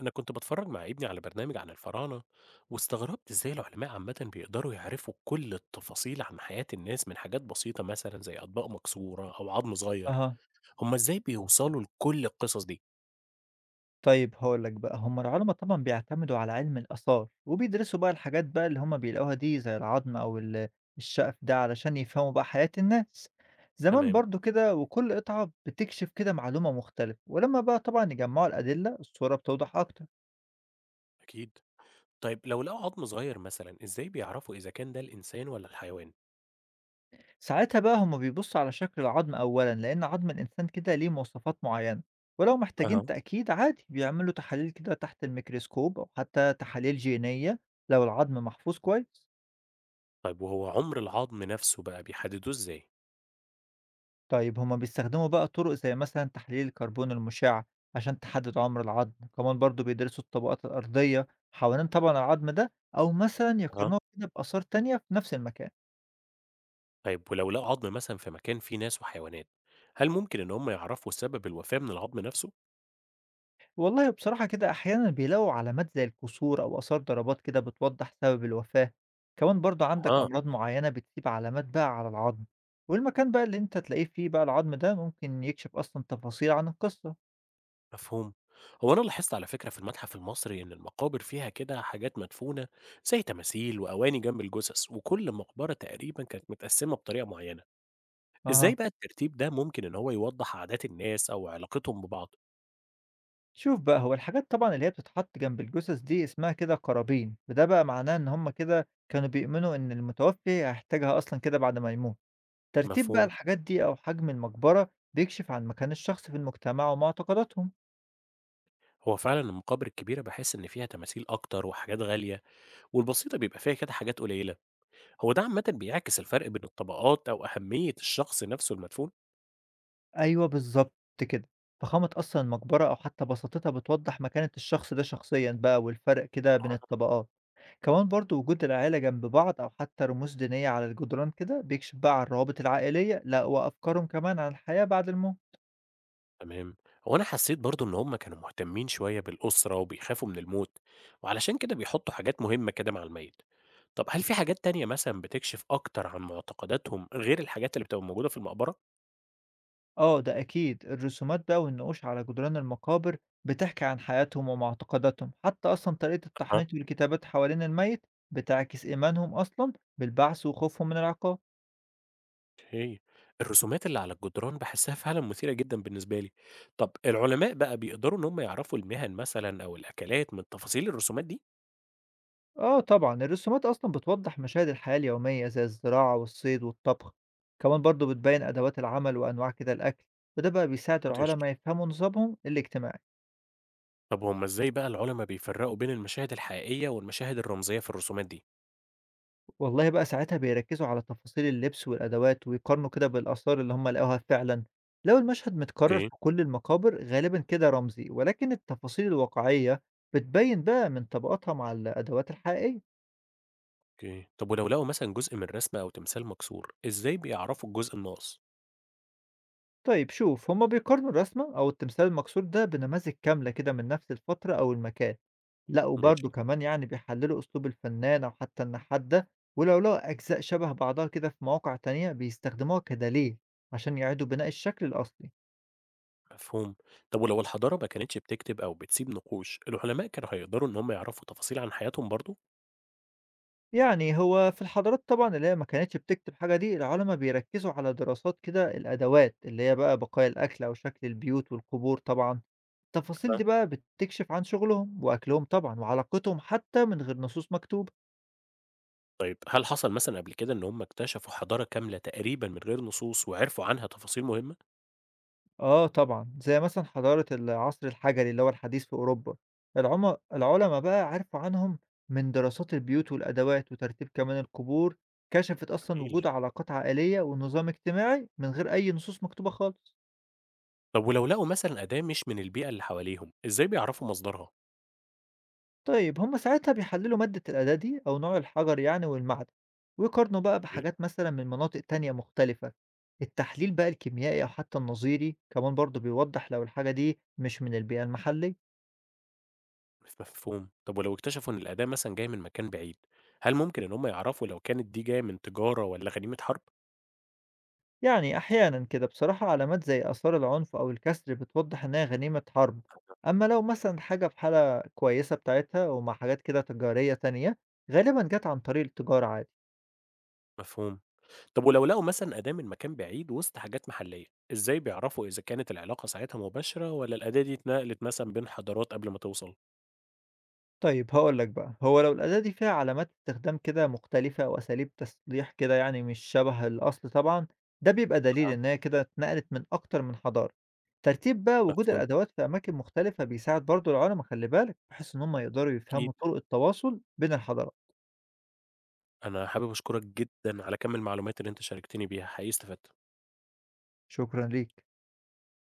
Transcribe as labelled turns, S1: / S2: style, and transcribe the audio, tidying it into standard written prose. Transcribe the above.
S1: أنا كنت بتفرج مع ابني على برنامج عن الفراعنة، واستغربت إزاي العلماء عامة بيقدروا يعرفوا كل التفاصيل عن حياة الناس من حاجات بسيطة مثلا زي أطباق مكسورة أو عظم صغير.
S2: أها،
S1: هما إزاي بيوصلوا لكل القصص دي؟
S2: طيب هاقول لك بقى، هم العُلَما طبعًا بيعتمدوا على علم الآثار، وبيدرسوا بقى الحاجات بقى اللي هم بيلاقوها دي زي العضم أو ال الشَّقْف ده علشان يفهموا بقى حياة الناس. زمان
S1: تمام.
S2: برضه كده وكل قطعة بتكشف كده معلومة مختلفة، ولمّا بقى طبعًا يجمّعوا الأدلة الصورة بتوضح أكتر.
S1: أكيد. طيب لو لقوا عظم صغير مثلا إزاي بيعرفوا إذا كان ده الإنسان ولا الحيوان؟
S2: ساعتها بقى هم بيبصوا على شكل العضم أولًا، لإن عضم الإنسان كده ليه مواصفات معيّنة، ولو
S1: اها.
S2: محتاجين تأكيد عادي بيعملوا تحاليل كده تحت الميكروسكوب أو حتى تحاليل جينية لو العضم محفوظ كويس.
S1: طيب وهو عمر العظم نفسه بقى بيحددوه إزاي؟
S2: طيب هما بيستخدموا بقى طرق زي مثلًا تحليل الكربون المشع عشان تحدد عمر العظم، وكمان برضه بيدرسوا الطبقات الأرضية حوالين طبعًا العظم ده، أو مثلًا
S1: اها.
S2: يقارنوها كده بآثار تانية في نفس المكان.
S1: طيب ولو لقوا عظم مثلا في مكان فيه ناس وحيوانات، هل ممكن إن هم يعرفوا سبب الوفاة من العظم نفسه؟
S2: والله بصراحة كده أحيانًا بيلاقوا علامات زي الكسور أو آثار ضربات كده بتوضح سبب الوفاة. كمان برضه عندك
S1: اه.
S2: أمراض معينة بتسيب علامات بقى على العظم، والمكان بقى اللي أنت تلاقيه فيه بقى العظم ده ممكن يكشف أصلًا تفاصيل عن القصة.
S1: مفهوم. هو أنا لاحظت على فكرة في المتحف المصري إن المقابر فيها كده حاجات مدفونة زي تماثيل وأواني جنب الجثث، وكل مقبرة تقريبا كانت متقسمة بطريقة معينة. إزاي
S2: أها.
S1: بقى الترتيب ده ممكن إن هو يوضح عادات الناس أو علاقتهم ببعض؟
S2: شوف بقى هو الحاجات طبعًا اللي هي بتتحط جنب الجثث دي اسمها كده قرابين، وده بقى معناه إن هم كده كانوا بيؤمنوا إن المتوفي هيحتاجها أصلًا كده بعد ما يموت. ترتيب بقى
S1: مفهوم.
S2: الحاجات دي أو حجم المقبرة بيكشف عن مكان الشخص في المجتمع ومعتقداتهم.
S1: هو فعلا المقابر الكبيرة بحس إن فيها تماثيل أكتر وحاجات غالية، والبسيطة بيبقى فيها كده حاجات قليلة. هو ده عامة بيعكس الفرق بين الطبقات أو أهمية الشخص نفسه المدفون؟
S2: أيوه بالضبط كده، فخامة أصلًا المقبرة أو حتى بساطتها بتوضح مكانة الشخص ده شخصيًا بقى والفرق كده بين الطبقات. كمان برضه وجود العيلة جنب بعض أو حتى رموز دينية على الجدران كده بيكشف بقى عن الروابط العائلية، لأ وأفكارهم كمان عن الحياة بعد الموت.
S1: تمام. هو أنا حسيت برضو إن هما كانوا مهتمين شوية بالأسرة وبيخافوا من الموت، وعلشان كده بيحطوا حاجات مهمة كده مع الميت. طب هل في حاجات تانية مثلا بتكشف أكتر عن معتقداتهم غير الحاجات اللي بتبقى موجودة في المقبرة؟
S2: آه، ده أكيد الرسومات بقى والنقوش على جدران المقابر بتحكي عن حياتهم ومعتقداتهم، حتى أصلا طريقة
S1: أه.
S2: التحنيط والكتابات حوالين الميت بتعكس إيمانهم أصلا بالبعث وخوفهم من العقاب.
S1: هي الرسومات اللي على الجدران بحسها فعلا مثيرة جدا بالنسبة لي. طب العلماء بقى بيقدروا إن هم يعرفوا المهن مثلا أو الأكلات من تفاصيل الرسومات دي؟
S2: آه طبعا الرسومات أصلا بتوضح مشاهد الحياة اليومية زي الزراعة والصيد والطبخ، كمان برضه بتبين أدوات العمل وأنواع كده الأكل، وده بقى بيساعد
S1: مدهش.
S2: العلماء يفهموا نظامهم الاجتماعي.
S1: طب هم إزاي بقى العلماء بيفرقوا بين المشاهد الحقيقية والمشاهد الرمزية في الرسومات دي؟
S2: والله بقى ساعتها بيركّزوا على تفاصيل اللبس والأدوات، ويقارنوا كده بالآثار اللي هم لقوها فعلًا. لو المشهد متكرر في
S1: اوكي.
S2: كل المقابر غالبًا كده رمزي، ولكن التفاصيل الواقعية بتبين بقى من طبقاتها مع الأدوات الحقيقية.
S1: أوكي. طب ولو لقوا مثلًا جزء من رسمة أو تمثال مكسور، إزاي بيعرفوا الجزء الناقص؟
S2: طيب شوف، هم بيقارنوا الرسمة أو التمثال المكسور ده بنماذج كاملة كده من نفس الفترة أو المكان. لأ وبرضه
S1: ماشي.
S2: كمان يعني بيحللوا أسلوب الفنان أو حتى النحات ده، ولو لقوا أجزاء شبه بعضها كده في مواقع تانية بيستخدموها كدليل عشان يعيدوا بناء الشكل الأصلي.
S1: مفهوم. طب ولو الحضارة ما كانتش بتكتب أو بتسيب نقوش، العلماء كانوا هيقدروا إن هم يعرفوا تفاصيل عن حياتهم برضه؟
S2: يعني هو في الحضارات طبعًا اللي هي ما كانتش بتكتب حاجة دي، العُلَما بيركّزوا على دراسات كده الأدوات، اللي هي بقى بقايا الأكل أو شكل البيوت والقبور طبعًا، التفاصيل
S1: أها.
S2: دي بقى بتكشف عن شغلهم وأكلهم طبعًا وعلاقتهم حتى من غير نصوص مكتوبة.
S1: طيب هل حصل مثلًا قبل كده إن هم اكتشفوا حضارة كاملة تقريبًا من غير نصوص وعرفوا عنها تفاصيل مهمة؟
S2: آه طبعًا، زي مثلًا حضارة العصر الحجري اللي هو الحديث في أوروبا، العُلَما بقى عرفوا عنهم من دراسات البيوت والأدوات وترتيب كمان القبور، كشفت أصلًا
S1: جميل.
S2: وجود علاقات عائلية ونظام اجتماعي من غير أي نصوص مكتوبة خالص.
S1: طب ولو لقوا مثلًا أداة مش من البيئة اللي حواليهم، إزاي بيعرفوا مصدرها؟
S2: طيب هم ساعتها بيحللوا مادة الأداة دي أو نوع الحجر يعني والمعدن، ويقارنوا بقى
S1: أوكي.
S2: بحاجات مثلا من مناطق تانية مختلفة. التحليل بقى الكيميائي أو حتى النظيري كمان برضه بيوضح لو الحاجة دي مش من البيئة المحلية.
S1: مفهوم. طب ولو اكتشفوا إن الأداة مثلًا جاية من مكان بعيد، هل ممكن إن هم يعرفوا لو كانت دي جاية من تجارة والّا غنيمة حرب؟
S2: يعني أحيانا كده بصراحة علامات زي آثار العنف أو الكسر بتوضح إنها غنيمة حرب، أما لو مثلا حاجة في حالة كويسة بتاعتها ومع حاجات كده تجارية تانية غالبا جت عن طريق التجارة عادي.
S1: مفهوم. طب ولو لقوا مثلًا أداة من مكان بعيد وسط حاجات محلية، إزاي بيعرفوا إذا كانت العلاقة ساعتها مباشرة والّا الأداة دي اتنقلت مثلًا بين حضارات قبل ما توصل؟
S2: طيب هاقول لك بقى، هو لو الأداة دي فيها علامات استخدام كده مختلفة أو أساليب تصليح كده يعني مش شبه الأصل طبعًا، ده بيبقى دليل
S1: أها.
S2: إن هي كده اتنقلت من أكتر من حضارة. ترتيب بقى وجود
S1: مفهوم،
S2: الأدوات في أماكن مختلفة بيساعد برضه العلما خلّي بالك، بحيث إن هم يقدروا
S1: أكيد.
S2: يفهموا طرق التواصل بين الحضارات.
S1: أنا حابب أشكرك جدًا على كم المعلومات اللي أنت شاركتني بيها، حقيقي استفدت.
S2: شكرًا ليك.